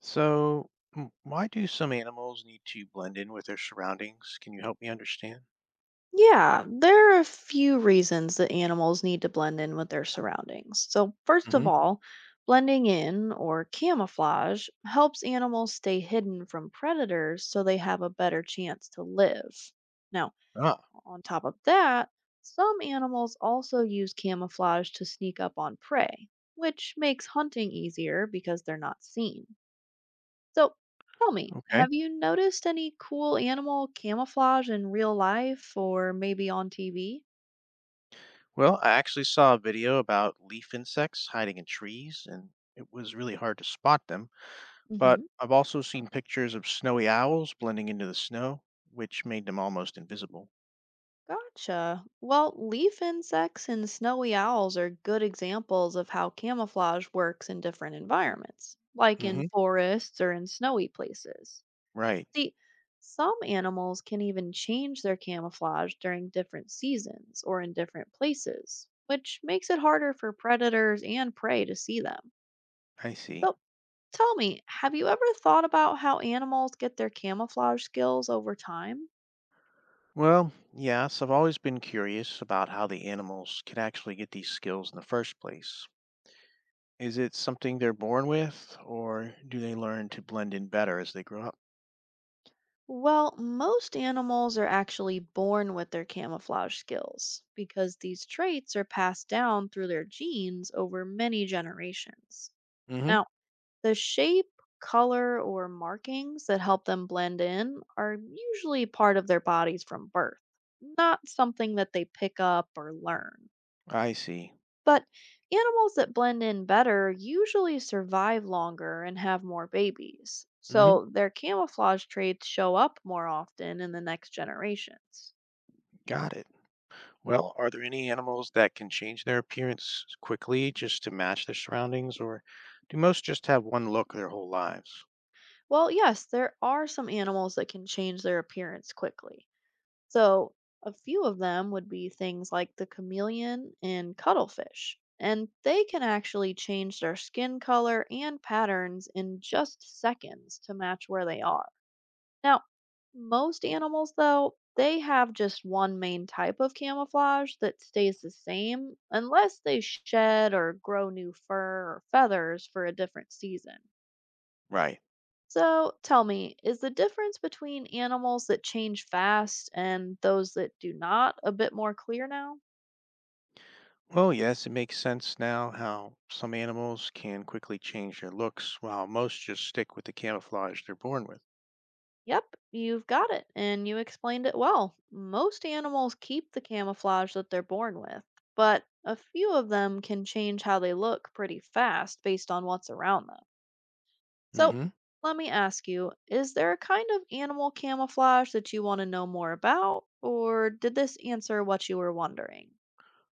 So, why do some animals need to blend in with their surroundings? Can you help me understand? Yeah, there are a few reasons that animals need to blend in with their surroundings. So, first of Hmm. all, blending in or camouflage helps animals stay hidden from predators so they have a better chance to live. Now, Ah, on top of that, some animals also use camouflage to sneak up on prey, which makes hunting easier because they're not seen. So tell me, okay. have you noticed any cool animal camouflage in real life or maybe on TV? Well, I actually saw a video about leaf insects hiding in trees, and it was really hard to spot them. Hmm. But I've also seen pictures of snowy owls blending into the snow, which made them almost invisible. Gotcha. Well, leaf insects and snowy owls are good examples of how camouflage works in different environments, like in Hmm. forests or in snowy places. Right, See, some animals can even change their camouflage during different seasons or in different places, which makes it harder for predators and prey to see them. I see. So, tell me, have you ever thought about how animals get their camouflage skills over time? Well, yes, I've always been curious about how the animals could actually get these skills in the first place. Is it something they're born with, or do they learn to blend in better as they grow up? Well, most animals are actually born with their camouflage skills because these traits are passed down through their genes over many generations. Hmm. Now, the shape, color, or markings that help them blend in are usually part of their bodies from birth, not something that they pick up or learn. I see. But animals that blend in better usually survive longer and have more babies, Hmm. so their camouflage traits show up more often in the next generations. Got it. Well, are there any animals that can change their appearance quickly just to match their surroundings, or do most just have one look their whole lives? Well, yes, there are some animals that can change their appearance quickly. So, a few of them would be things like the chameleon and cuttlefish, and they can actually change their skin color and patterns in just seconds to match where they are. Now, most animals, though, they have just one main type of camouflage that stays the same unless they shed or grow new fur or feathers for a different season. Right. So tell me, is the difference between animals that change fast and those that do not a bit more clear now? Well, yes, it makes sense now how some animals can quickly change their looks while most just stick with the camouflage they're born with. Yep, you've got it, and you explained it well. Most animals keep the camouflage that they're born with, but a few of them can change how they look pretty fast based on what's around them. So, Hmm. let me ask you, is there a kind of animal camouflage that you want to know more about, or did this answer what you were wondering?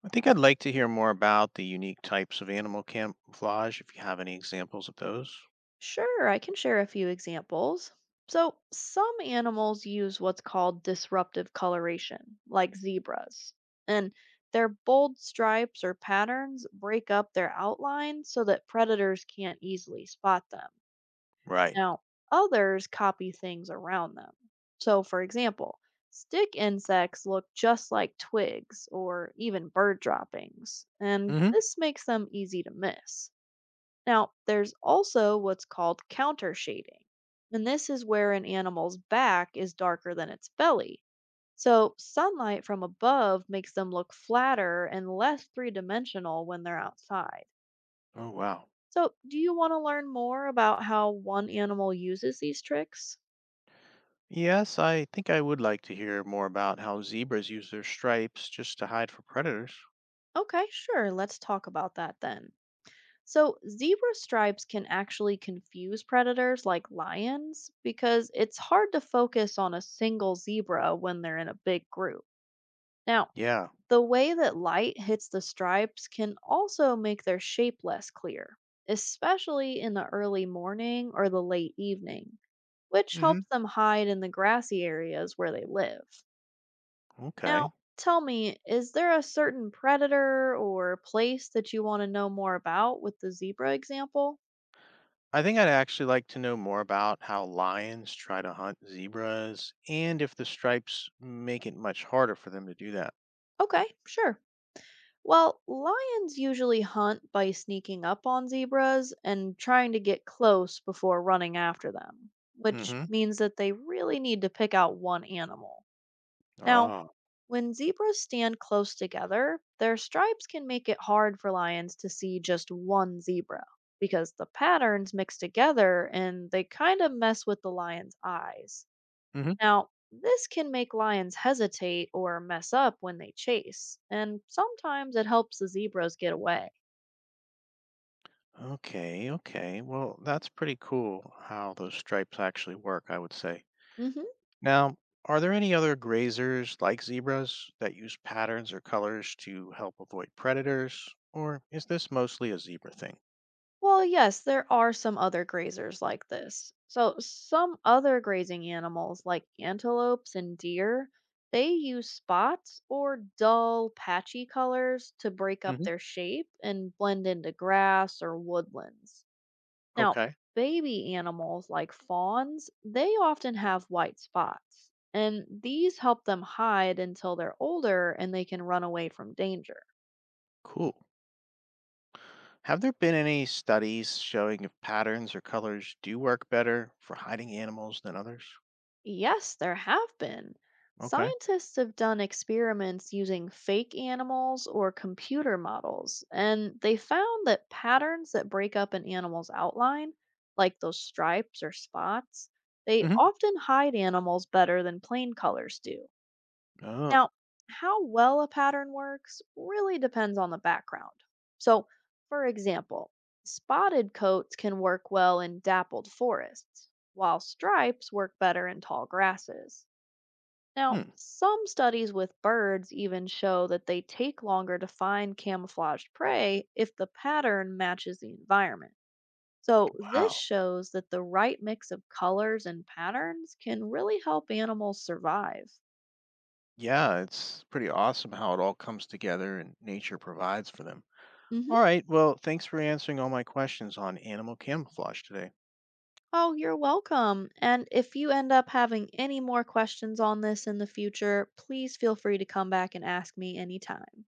I think I'd like to hear more about the unique types of animal camouflage if you have any examples of those. Sure, I can share a few examples. So, some animals use what's called disruptive coloration, like zebras, and their bold stripes or patterns break up their outline so that predators can't easily spot them. Right. Now, others copy things around them. So, for example, stick insects look just like twigs or even bird droppings, and Hmm. this makes them easy to miss. Now, there's also what's called counter shading, and this is where an animal's back is darker than its belly. So, sunlight from above makes them look flatter and less three dimensional when they're outside. Oh, wow. So, do you want to learn more about how one animal uses these tricks? Yes, I think I would like to hear more about how zebras use their stripes just to hide from predators. Okay, sure, let's talk about that then. So, zebra stripes can actually confuse predators like lions because it's hard to focus on a single zebra when they're in a big group. Now, Yeah. the way that light hits the stripes can also make their shape less clear, especially in the early morning or the late evening, which helps Hmm. them hide in the grassy areas where they live. Now, Okay. tell me, is there a certain predator or place that you want to know more about with the zebra example? I think I'd actually like to know more about how lions try to hunt zebras and if the stripes make it much harder for them to do that. Okay, sure. Well, lions usually hunt by sneaking up on zebras and trying to get close before running after them, which Hmm. means that they really need to pick out one animal. Now, Ah. when zebras stand close together, their stripes can make it hard for lions to see just one zebra because the patterns mix together and they kind of mess with the lion's eyes. Hmm. Now, this can make lions hesitate or mess up when they chase, and sometimes it helps the zebras get away. Okay, okay. Well, that's pretty cool how those stripes actually work, I would say. Hmm. Now, are there any other grazers like zebras that use patterns or colors to help avoid predators? Or is this mostly a zebra thing? Well, yes, there are some other grazers like this. So, some other grazing animals, like antelopes and deer, they use spots or dull, patchy colors to break up Hmm. their shape and blend into grass or woodlands. Now, Okay, baby animals like fawns, they often have white spots, and these help them hide until they're older and they can run away from danger. cool. Have there been any studies showing if patterns or colors do work better for hiding animals than others? Yes, there have been. Okay. Scientists have done experiments using fake animals or computer models, and they found that patterns that break up an animal's outline, like those stripes or spots, they Hmm. often hide animals better than plain colors do. Oh, Now, how well a pattern works really depends on the background. So, for example, spotted coats can work well in dappled forests, while stripes work better in tall grasses. Now, hmm. some studies with birds even show that they take longer to find camouflaged prey if the pattern matches the environment. So, this Wow. shows that the right mix of colors and patterns can really help animals survive. Yeah, it's pretty awesome how it all comes together and nature provides for them. All right, well, thanks for answering all my questions on animal camouflage today. Oh, you're welcome. And if you end up having any more questions on this in the future, please feel free to come back and ask me anytime.